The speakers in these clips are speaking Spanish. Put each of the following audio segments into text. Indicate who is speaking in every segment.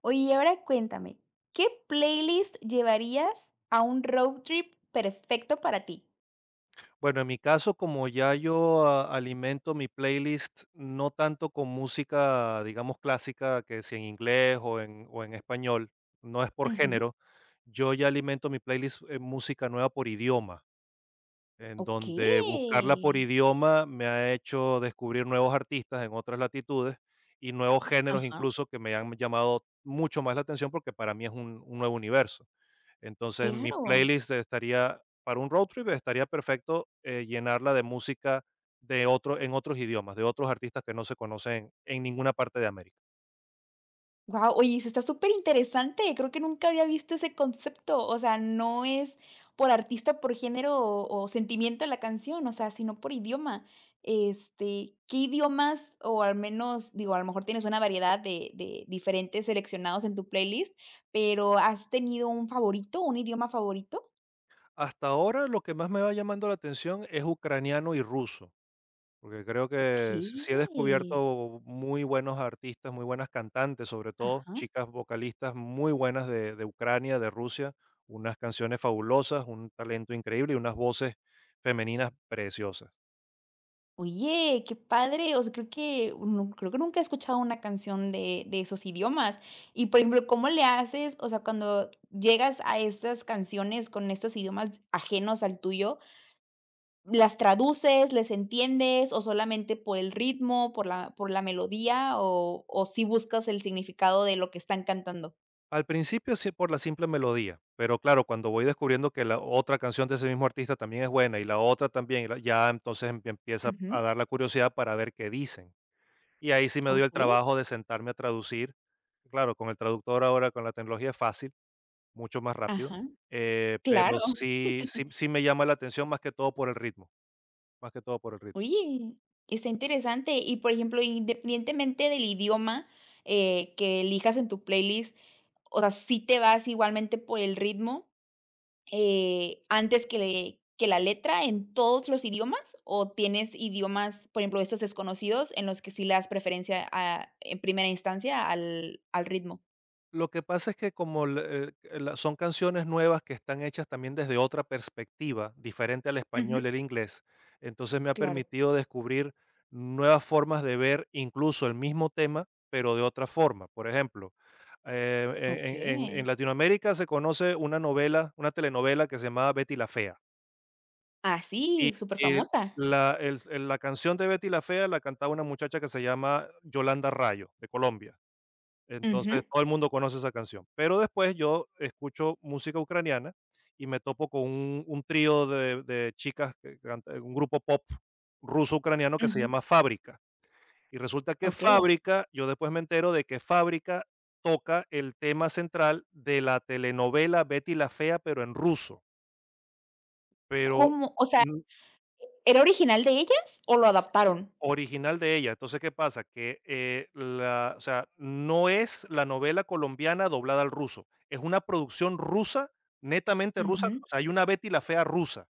Speaker 1: Oye, y ahora cuéntame, ¿qué playlist llevarías a un road trip perfecto para ti?
Speaker 2: Bueno, en mi caso, como ya yo alimento mi playlist no tanto con música, digamos, clásica, que si en inglés o en español, no es por
Speaker 1: Ujú.
Speaker 2: género, yo ya alimento mi playlist en música nueva por idioma, en
Speaker 1: Ok.
Speaker 2: donde buscarla por idioma me ha hecho descubrir nuevos artistas en otras latitudes y nuevos géneros
Speaker 1: Ajá.
Speaker 2: incluso que me han llamado mucho más la atención porque para mí es un nuevo universo. Entonces, mi
Speaker 1: Claro.
Speaker 2: playlist estaría para un road trip estaría perfecto, llenarla de música de otro en otros idiomas, de otros artistas que no se conocen en ninguna parte de América.
Speaker 1: Wow, oye, eso está súper interesante. Creo que nunca había visto ese concepto, o sea, no es por artista, por género o sentimiento de la canción, o sea, sino por idioma. Este, ¿qué idiomas o al menos, digo, a lo mejor tienes una variedad de diferentes seleccionados en tu playlist, pero has tenido un favorito, un idioma favorito?
Speaker 2: Hasta ahora, lo que más me va llamando la atención es ucraniano y ruso, porque creo
Speaker 1: Ok.
Speaker 2: que s sí he descubierto muy buenos artistas, muy buenas cantantes, sobre todo
Speaker 1: Ajá.
Speaker 2: chicas vocalistas muy buenas de Ucrania, de Rusia, unas canciones fabulosas, un talento increíble y unas voces femeninas preciosas.
Speaker 1: Oye, qué padre. O sea, creo que nu creo que nunca he escuchado una canción de esos idiomas. Y, por ejemplo, ¿cómo le haces? O sea, cuando llegas a estas canciones con estos idiomas ajenos al tuyo, ¿las traduces, les entiendes o solamente por el ritmo, por la melodía o si buscas el significado de lo que están cantando?
Speaker 2: Al principio sí por la simple melodía, pero claro, cuando voy descubriendo que la otra canción de ese mismo artista también es buena y la otra también, y entonces empieza a
Speaker 1: Ujú.
Speaker 2: dar la curiosidad para ver qué dicen. Y ahí sí me doy el
Speaker 1: Okey.
Speaker 2: trabajo de sentarme a traducir. Claro, con el traductor ahora, con la tecnología es fácil, mucho más rápido,
Speaker 1: Ajá.
Speaker 2: eh,
Speaker 1: Claro.
Speaker 2: pero sí, sí, sí me llama la atención más que todo por el ritmo, más que todo por el ritmo.
Speaker 1: Oye, está interesante. Y, por ejemplo, independientemente del idioma, que elijas en tu playlist, o sea, si te vas igualmente por el ritmo, antes que le que la letra en todos los idiomas? ¿O tienes idiomas, por ejemplo, estos desconocidos, en los que sí le das preferencia a en primera instancia al al ritmo?
Speaker 2: Lo que pasa es que son canciones nuevas que están hechas también desde otra perspectiva, diferente al
Speaker 1: Ujú,
Speaker 2: español y el inglés, entonces me ha
Speaker 1: claro.
Speaker 2: permitido descubrir nuevas formas de ver incluso el mismo tema, pero de otra forma. Por ejemplo,
Speaker 1: Okey.
Speaker 2: en Latinoamérica se conoce una novela, una telenovela que se llamaba Betty la Fea.
Speaker 1: Ah,
Speaker 2: Y,
Speaker 1: sí, súper
Speaker 2: y
Speaker 1: famosa.
Speaker 2: la, la canción de Betty la Fea la cantaba una muchacha que se llama Yolanda Rayo, de Colombia.
Speaker 1: Ujú,
Speaker 2: Entonces, todo el mundo conoce esa canción. Pero después yo escucho música ucraniana y me topo con un trío de chicas, que un grupo pop ruso-ucraniano que se
Speaker 1: ujú.
Speaker 2: llama Fábrica. Y resulta que
Speaker 1: Okey.
Speaker 2: Fábrica, yo después me entero de que Fábrica toca el tema central de la telenovela Betty la Fea, pero en ruso. Pero
Speaker 1: ¿Cómo? O sea,
Speaker 2: mm,
Speaker 1: ¿era original de ellas o lo adaptaron?
Speaker 2: Original de ella. Entonces, ¿qué pasa? Que, la O sea, no es la novela colombiana doblada al ruso, es una producción rusa, netamente rusa,
Speaker 1: Ujú.
Speaker 2: o sea, hay una Betty la Fea rusa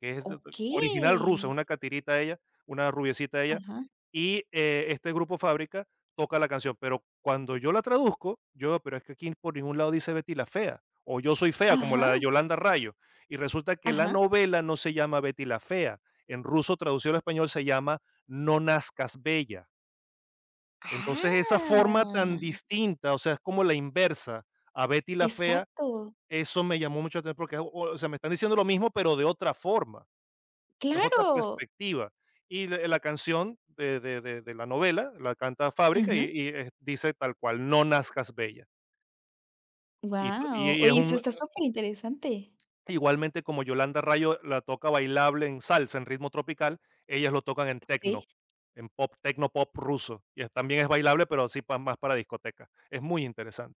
Speaker 2: que original rusa,
Speaker 1: Okey.
Speaker 2: una catirita ella, una rubiecita ella,
Speaker 1: Ajá,
Speaker 2: y, este grupo Fábrica toca la canción, pero cuando yo la traduzco, yo, pero es que aquí por ningún lado dice Betty la fea, o yo soy fea, como
Speaker 1: ajá,
Speaker 2: la de Yolanda Rayo, y resulta que la
Speaker 1: ajá.
Speaker 2: novela no se llama Betty la fea, en ruso traducido al español se llama No nazcas bella. Entonces, esa forma tan
Speaker 1: Ah,
Speaker 2: distinta, o sea, es como la inversa a Betty la fea,
Speaker 1: exacto,
Speaker 2: eso me llamó mucho la atención porque, o sea, me están diciendo lo mismo, pero de otra forma. Es otra
Speaker 1: claro.
Speaker 2: perspectiva. Y la canción de la novela la canta Fábrica y
Speaker 1: Ujú.
Speaker 2: y, eh, dice tal cual: "No nazcas bella". Y to y
Speaker 1: Guau.
Speaker 2: y es
Speaker 1: Oye, eso
Speaker 2: un
Speaker 1: está súper interesante.
Speaker 2: igualmente como Yolanda Rayo la toca bailable en salsa, en ritmo tropical, ellas lo tocan en tecno,
Speaker 1: Sí.
Speaker 2: en pop, tecno pop ruso. Y es también es bailable, pero sí pa más para discoteca. Es muy interesante.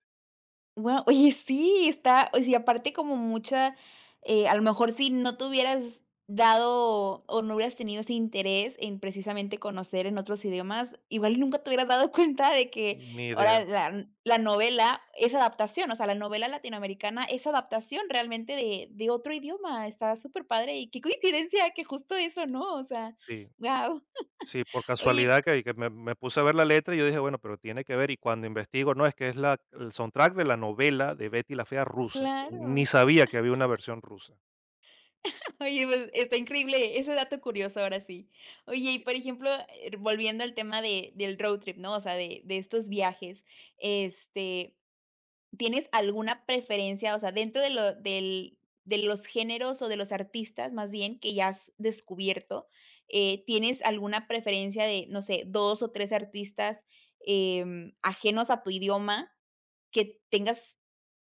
Speaker 1: Guau, oye, sí, está, o sea, aparte como mucha, a lo mejor si no te hubieras dado o no hubieras tenido ese interés en precisamente conocer en otros idiomas, igual y nunca te hubieras dado cuenta de que
Speaker 2: Ni idea.
Speaker 1: ahora la la novela es adaptación, o sea, la novela latinoamericana es adaptación realmente de otro idioma, está súper padre y qué coincidencia que justo eso, ¿no? O sea,
Speaker 2: Sí.
Speaker 1: guau.
Speaker 2: Sí, por
Speaker 1: Oye,
Speaker 2: casualidad que me puse a ver la letra y yo dije, bueno, pero tiene que ver. Y cuando investigo, no, es que es el soundtrack de la novela de Betty la Fea rusa. Ni
Speaker 1: claro.
Speaker 2: sabía que había una versión rusa.
Speaker 1: Oye, pues, está increíble ese dato curioso, ahora sí. Oye, y
Speaker 2: Sí.
Speaker 1: por ejemplo, volviendo al tema de del road trip, ¿no? O sea, de estos viajes, este, ¿tienes alguna preferencia? O sea, dentro de lo del de los géneros o de los artistas, más bien, que ya has descubierto, ¿tienes alguna preferencia de, no sé, 2 o 3 artistas, ajenos a tu idioma, que tengas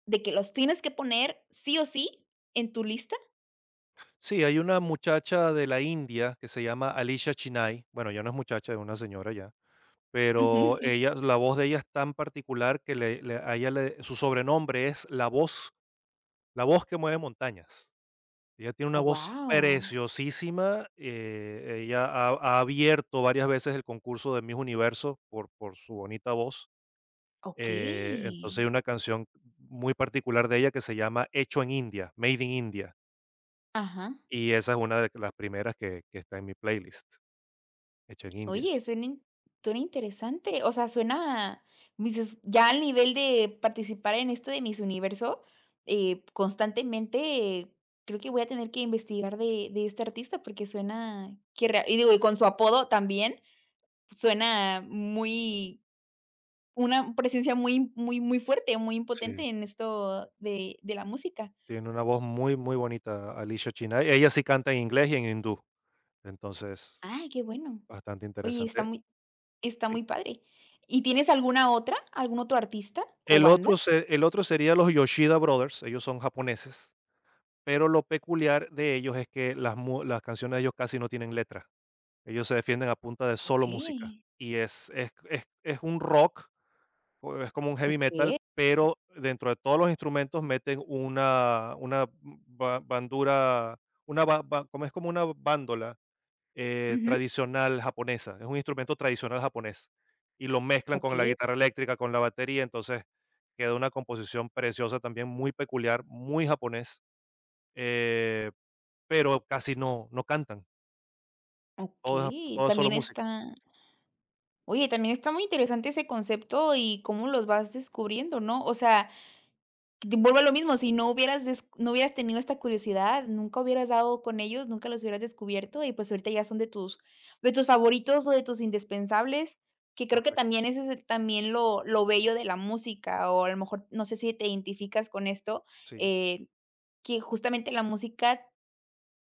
Speaker 1: de que los tienes que poner sí o sí en tu lista?
Speaker 2: Sí, hay una muchacha de la India que se llama Alicia Chinay. Bueno, ya no es muchacha, es una señora ya. Pero ella la voz de ella es tan particular que le le a ella le su sobrenombre es la voz que mueve montañas. Ella tiene una voz
Speaker 1: Wow,
Speaker 2: preciosísima, ella ha abierto varias veces el concurso de Miss Universo por su bonita voz,
Speaker 1: okey.
Speaker 2: entonces hay una canción muy particular de ella que se llama Hecho en India, Made in India,
Speaker 1: Ajá.
Speaker 2: y esa es una de las primeras que está en mi playlist, Hecho en India.
Speaker 1: Oye, suena in suena interesante. O sea, suena, me dices, ya al nivel de participar en esto de Miss Universo, constantemente creo que voy a tener que investigar de este artista porque suena que rea y digo, y con su apodo también, suena muy una presencia muy muy muy fuerte, muy
Speaker 2: Sí.
Speaker 1: impotente en esto de la música.
Speaker 2: Tiene una voz muy, muy bonita Alicia Chennai. Ella sí canta en inglés y en hindú, entonces
Speaker 1: Ay, qué bueno.
Speaker 2: bastante
Speaker 1: Oye, está
Speaker 2: interesante.
Speaker 1: muy está
Speaker 2: Sí.
Speaker 1: muy padre. ¿Y tienes alguna otra? ¿Algún otro artista o banda?
Speaker 2: El otro sería los Yoshida Brothers, ellos son japoneses, pero lo peculiar de ellos es que las canciones de ellos casi no tienen letra. Ellos se defienden a punta de solo
Speaker 1: Okey,
Speaker 2: música y es un rock, o es como un heavy metal,
Speaker 1: okey.
Speaker 2: pero dentro de todos los instrumentos meten una ba bandura, una ba ba como es como una bándola.
Speaker 1: Ujú.
Speaker 2: Tradicional japonesa, es un instrumento tradicional japonés, y lo mezclan con la
Speaker 1: Okey,
Speaker 2: guitarra eléctrica, con la batería, entonces queda una composición preciosa también, muy peculiar, muy japonés, eh, pero casi no cantan, todo es,
Speaker 1: okey.
Speaker 2: todo es solo
Speaker 1: También
Speaker 2: música,
Speaker 1: está oye, también está muy interesante ese concepto y cómo los vas descubriendo, ¿no? O sea, vuelvo a lo mismo, si no hubieras des no hubieras tenido esta curiosidad, nunca hubieras dado con ellos, nunca los hubieras descubierto y, pues, ahorita ya son de tus favoritos o de tus indispensables, que creo que
Speaker 2: correcto,
Speaker 1: también ese es el también lo bello de la música, o a lo mejor no sé si te identificas con esto,
Speaker 2: sí,
Speaker 1: eh, que justamente la música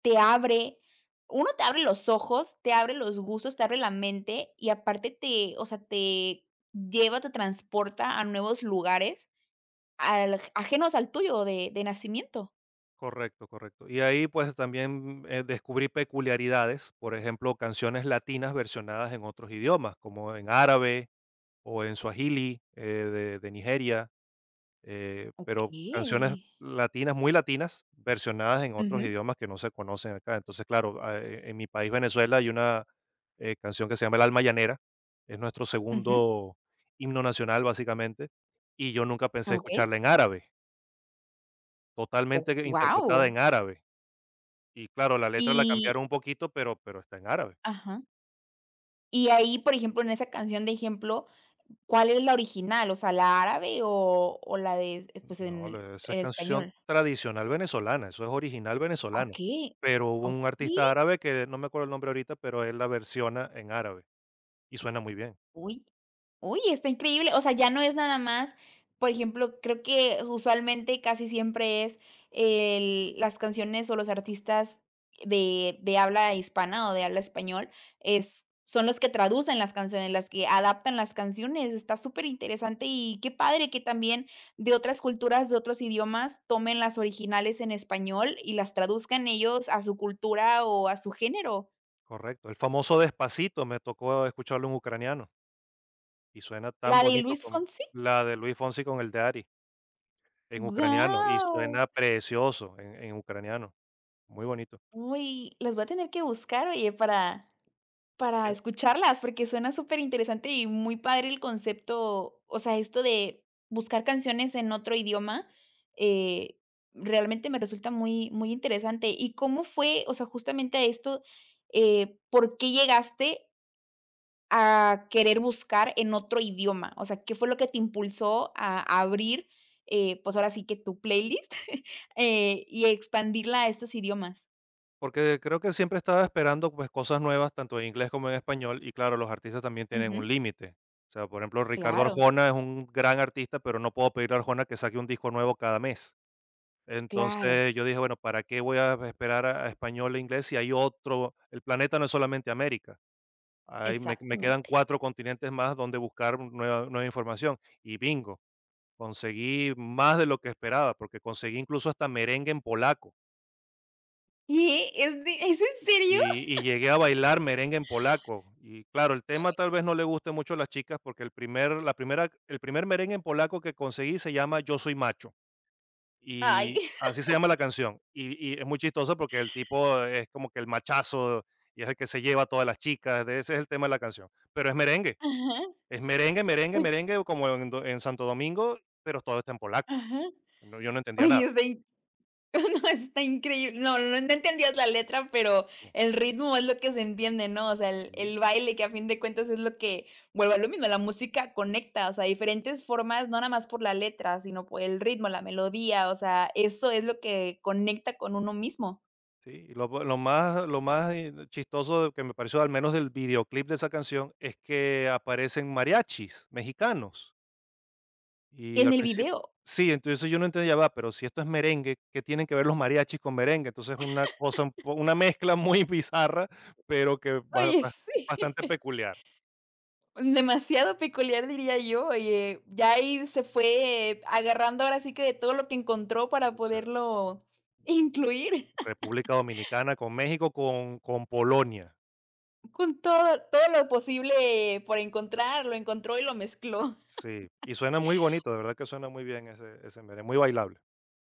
Speaker 1: te abre, uno te abre los ojos, te abre los gustos, te abre la mente y aparte te, o sea, te lleva, te transporta a nuevos lugares al ajenos al tuyo de nacimiento.
Speaker 2: correcto, correcto. Y ahí pues también descubrí peculiaridades, por ejemplo, canciones latinas versionadas en otros idiomas, como en árabe o en suajili, de Nigeria, pero
Speaker 1: Okey.
Speaker 2: canciones latinas, muy latinas, versionadas en otros
Speaker 1: Ujú,
Speaker 2: idiomas que no se conocen acá. Entonces, claro, en mi país, Venezuela, hay una canción que se llama El Alma Llanera, es nuestro
Speaker 1: ujú.
Speaker 2: segundo himno nacional, básicamente, y yo nunca pensé
Speaker 1: Okey.
Speaker 2: escucharla en árabe,
Speaker 1: Oh,
Speaker 2: totalmente interpretada
Speaker 1: guau.
Speaker 2: en árabe. Y claro, la letra la
Speaker 1: Y
Speaker 2: cambiaron un poquito, pero está en árabe.
Speaker 1: ajá. Y ahí, por ejemplo, en esa canción de ejemplo, ¿cuál es la original? O sea, ¿la árabe o la de, pues,
Speaker 2: No, esa es
Speaker 1: en
Speaker 2: canción
Speaker 1: español?
Speaker 2: tradicional venezolana, eso es original
Speaker 1: Ah,
Speaker 2: venezolano.
Speaker 1: okey.
Speaker 2: Pero hubo un
Speaker 1: Okey.
Speaker 2: artista árabe que no me acuerdo el nombre ahorita, pero él la versiona en árabe. Y suena muy bien,
Speaker 1: Uy. Uy, está increíble. O sea, ya no es nada más, por ejemplo, creo que usualmente casi siempre es el las canciones o los artistas de habla hispana o de habla español, es son los que traducen las canciones, las que adaptan las canciones. Está súper interesante y qué padre que también de otras culturas, de otros idiomas, tomen las originales en español y las traduzcan ellos a su cultura o a su género.
Speaker 2: correcto. El famoso Despacito me tocó escucharlo en ucraniano y suena tan
Speaker 1: La de
Speaker 2: bonito
Speaker 1: Luis
Speaker 2: con
Speaker 1: Fonsi,
Speaker 2: la de Luis Fonsi con el de Ari en ucraniano y
Speaker 1: ¡guau!
Speaker 2: suena precioso en ucraniano, muy bonito.
Speaker 1: Uy, los voy a tener que buscar, oye, para
Speaker 2: Eh,
Speaker 1: escucharlas, porque suena súper interesante y muy padre el concepto, o sea, esto de buscar canciones en otro idioma, eh, realmente me resulta muy muy interesante. ¿Y cómo fue? O sea, justamente a esto, ¿por qué llegaste a querer buscar en otro idioma? O sea, ¿qué fue lo que te impulsó a abrir, pues, ahora sí que tu playlist, y expandirla a estos idiomas?
Speaker 2: Porque creo que siempre estaba esperando pues cosas nuevas, tanto en inglés como en español, y claro, los artistas también tienen
Speaker 1: Ujú,
Speaker 2: un límite. O sea, por ejemplo, Ricardo
Speaker 1: claro.
Speaker 2: Arjona es un gran artista, pero no puedo pedir a Arjona que saque un disco nuevo cada mes.
Speaker 1: Claro,
Speaker 2: Entonces yo dije, bueno, ¿para qué voy a esperar a español e inglés si hay otro? El planeta no es solamente América. Ahí me quedan
Speaker 1: exactamente.
Speaker 2: 4 continentes más donde buscar nueva información. Y bingo, conseguí más de lo que esperaba, porque conseguí incluso hasta merengue en polaco.
Speaker 1: ¿Qué? ¿Es de es en serio?
Speaker 2: Y llegué a bailar merengue en polaco. Y claro, el tema tal vez no le guste mucho a las chicas, porque el primer merengue en polaco que conseguí se llama Yo soy macho, y
Speaker 1: Ay.
Speaker 2: así se llama la canción. Y es muy chistoso porque el tipo es como que el machazo y es el que se lleva a todas las chicas, de ese es el tema de la canción, pero es merengue.
Speaker 1: Ajá.
Speaker 2: Es merengue, merengue,
Speaker 1: Oy
Speaker 2: merengue, como en Santo Domingo, pero todo está en polaco.
Speaker 1: ajá.
Speaker 2: No, yo no entendía
Speaker 1: Oye,
Speaker 2: nada.
Speaker 1: está in no, está increíble. No, no no entendías la letra, pero
Speaker 2: No,
Speaker 1: el ritmo es lo que se entiende, ¿no? O sea,
Speaker 2: sí.
Speaker 1: el baile que a fin de cuentas es lo que vuelve a lo mismo, la música conecta, o sea, diferentes formas, no nada más por la letra, sino por el ritmo, la melodía, o sea, eso es lo que conecta con uno mismo
Speaker 2: Sí, y lo más chistoso que me pareció, al menos del videoclip de esa canción, es que aparecen mariachis mexicanos, y
Speaker 1: en
Speaker 2: al
Speaker 1: el
Speaker 2: principio
Speaker 1: video.
Speaker 2: sí, entonces yo no entendía, "Ah, va, pero si esto es merengue, ¿qué tienen que ver los mariachis con merengue?" Entonces, una cosa un po una mezcla muy bizarra, pero que ba
Speaker 1: Oye,
Speaker 2: ba
Speaker 1: sí.
Speaker 2: bastante peculiar.
Speaker 1: Demasiado peculiar, diría yo, y, ya ahí se fue agarrando ahora sí que de todo lo que encontró
Speaker 2: Sí,
Speaker 1: para
Speaker 2: o sea,
Speaker 1: poderlo incluir,
Speaker 2: República Dominicana con México, con Polonia.
Speaker 1: con todo todo lo posible por encontrar, lo encontró y lo mezcló.
Speaker 2: Sí, y suena muy bonito, de verdad que suena muy bien ese ese merengue, muy bailable,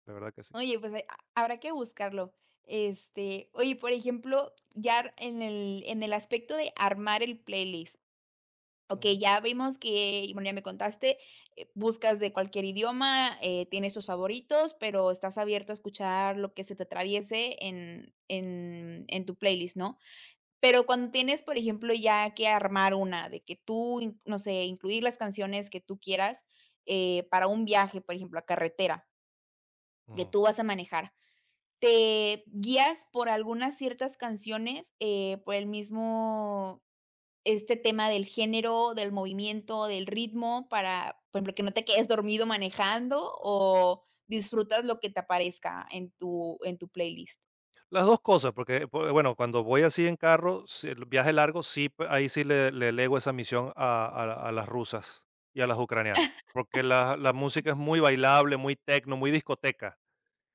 Speaker 2: de verdad que sí.
Speaker 1: Oye, pues, ha habrá que buscarlo. Este, oye, por ejemplo, ya en el aspecto de armar el playlist, okey,
Speaker 2: Ujú,
Speaker 1: ya vimos que, y bueno, ya me contaste, buscas de cualquier idioma, tienes tus favoritos, pero estás abierto a escuchar lo que se te atraviese en tu playlist, ¿no? Pero cuando tienes, por ejemplo, ya que armar una de que tú, in no sé, incluir las canciones que tú quieras, para un viaje, por ejemplo, a carretera, que
Speaker 2: ujú.
Speaker 1: tú vas a manejar, ¿te guías por algunas ciertas canciones, por el mismo este tema del género, del movimiento, del ritmo para, por ejemplo, que no te quedes dormido manejando o disfrutas lo que te aparezca en tu playlist.
Speaker 2: Las 2 cosas, porque, pue bueno, cuando voy así en carro, sí, el viaje largo, sí, p ahí sí le le elego esa misión a a las rusas y a las ucranianas, porque la música es muy bailable, muy tecno, muy discoteca.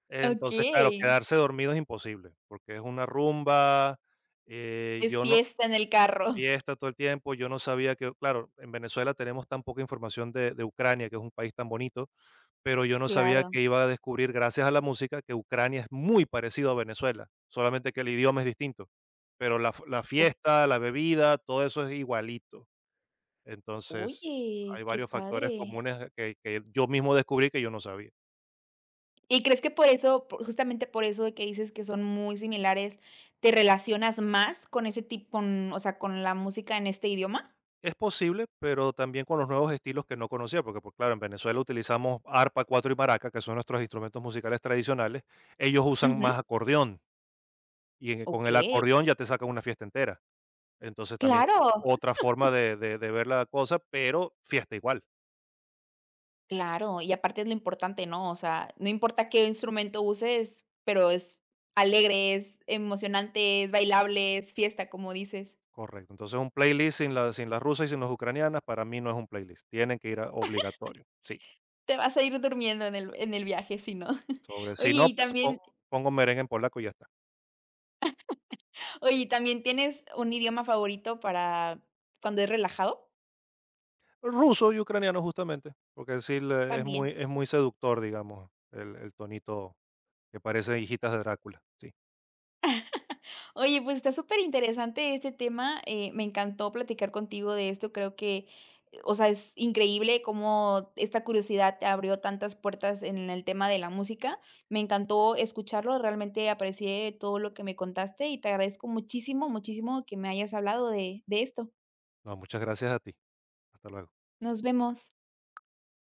Speaker 2: Entonces, claro,
Speaker 1: Okey,
Speaker 2: quedarse dormido es imposible, porque es una rumba,
Speaker 1: es
Speaker 2: yo no
Speaker 1: fiesta en el carro.
Speaker 2: fiesta todo el tiempo, yo no sabía que claro, en Venezuela tenemos tan poca información de Ucrania, que es un país tan bonito. Pero yo no sabía
Speaker 1: Claro.
Speaker 2: que iba a descubrir, gracias a la música, que Ucrania es muy parecido a Venezuela, solamente que el idioma es distinto, pero la
Speaker 1: O
Speaker 2: fiesta, la bebida, todo eso es igualito. Entonces, hay
Speaker 1: oye, qué
Speaker 2: varios factores
Speaker 1: padre.
Speaker 2: comunes, que yo mismo descubrí que yo no sabía.
Speaker 1: ¿Y crees que por eso, por justamente por eso de que dices que son muy similares, te relacionas más con ese tipo con, o sea, con la música en este idioma?
Speaker 2: Es posible, pero también con los nuevos estilos que no conocía, porque, pues, claro, en Venezuela utilizamos arpa, cuatro y maraca, que son nuestros instrumentos musicales tradicionales, ellos usan
Speaker 1: Ujú.
Speaker 2: más acordeón, y en con el
Speaker 1: Okey.
Speaker 2: acordeón ya te sacan una fiesta entera. Entonces, también
Speaker 1: Claro.
Speaker 2: otra forma de ver la cosa, pero fiesta igual,
Speaker 1: Claro, y aparte es lo importante, ¿no? O sea, no importa qué instrumento uses, pero es alegre, es emocionante, es bailable, es fiesta, como dices.
Speaker 2: correcto. Entonces, un playlist sin las rusas y sin las ucranianas, para mí no es un playlist, tienen que ir a obligatorio, sí,
Speaker 1: Te vas a ir durmiendo en el viaje, si no.
Speaker 2: sobre si
Speaker 1: Oye,
Speaker 2: no,
Speaker 1: y
Speaker 2: pues, po
Speaker 1: también
Speaker 2: pongo merengue en polaco y ya está.
Speaker 1: oye, ¿y también tienes un idioma favorito para cuando es relajado?
Speaker 2: Ruso y ucraniano justamente, porque sí le
Speaker 1: También.
Speaker 2: es muy seductor, digamos, el tonito que parece hijitas de Drácula. Sí.
Speaker 1: Oye, pues está súper interesante este tema, me encantó platicar contigo de esto, creo que, o sea, es increíble cómo esta curiosidad te abrió tantas puertas en el tema de la música. Me encantó escucharlo, realmente aprecié todo lo que me contaste y te agradezco muchísimo, muchísimo que me hayas hablado de esto.
Speaker 2: No, muchas gracias a ti. Hasta luego.
Speaker 1: Nos vemos.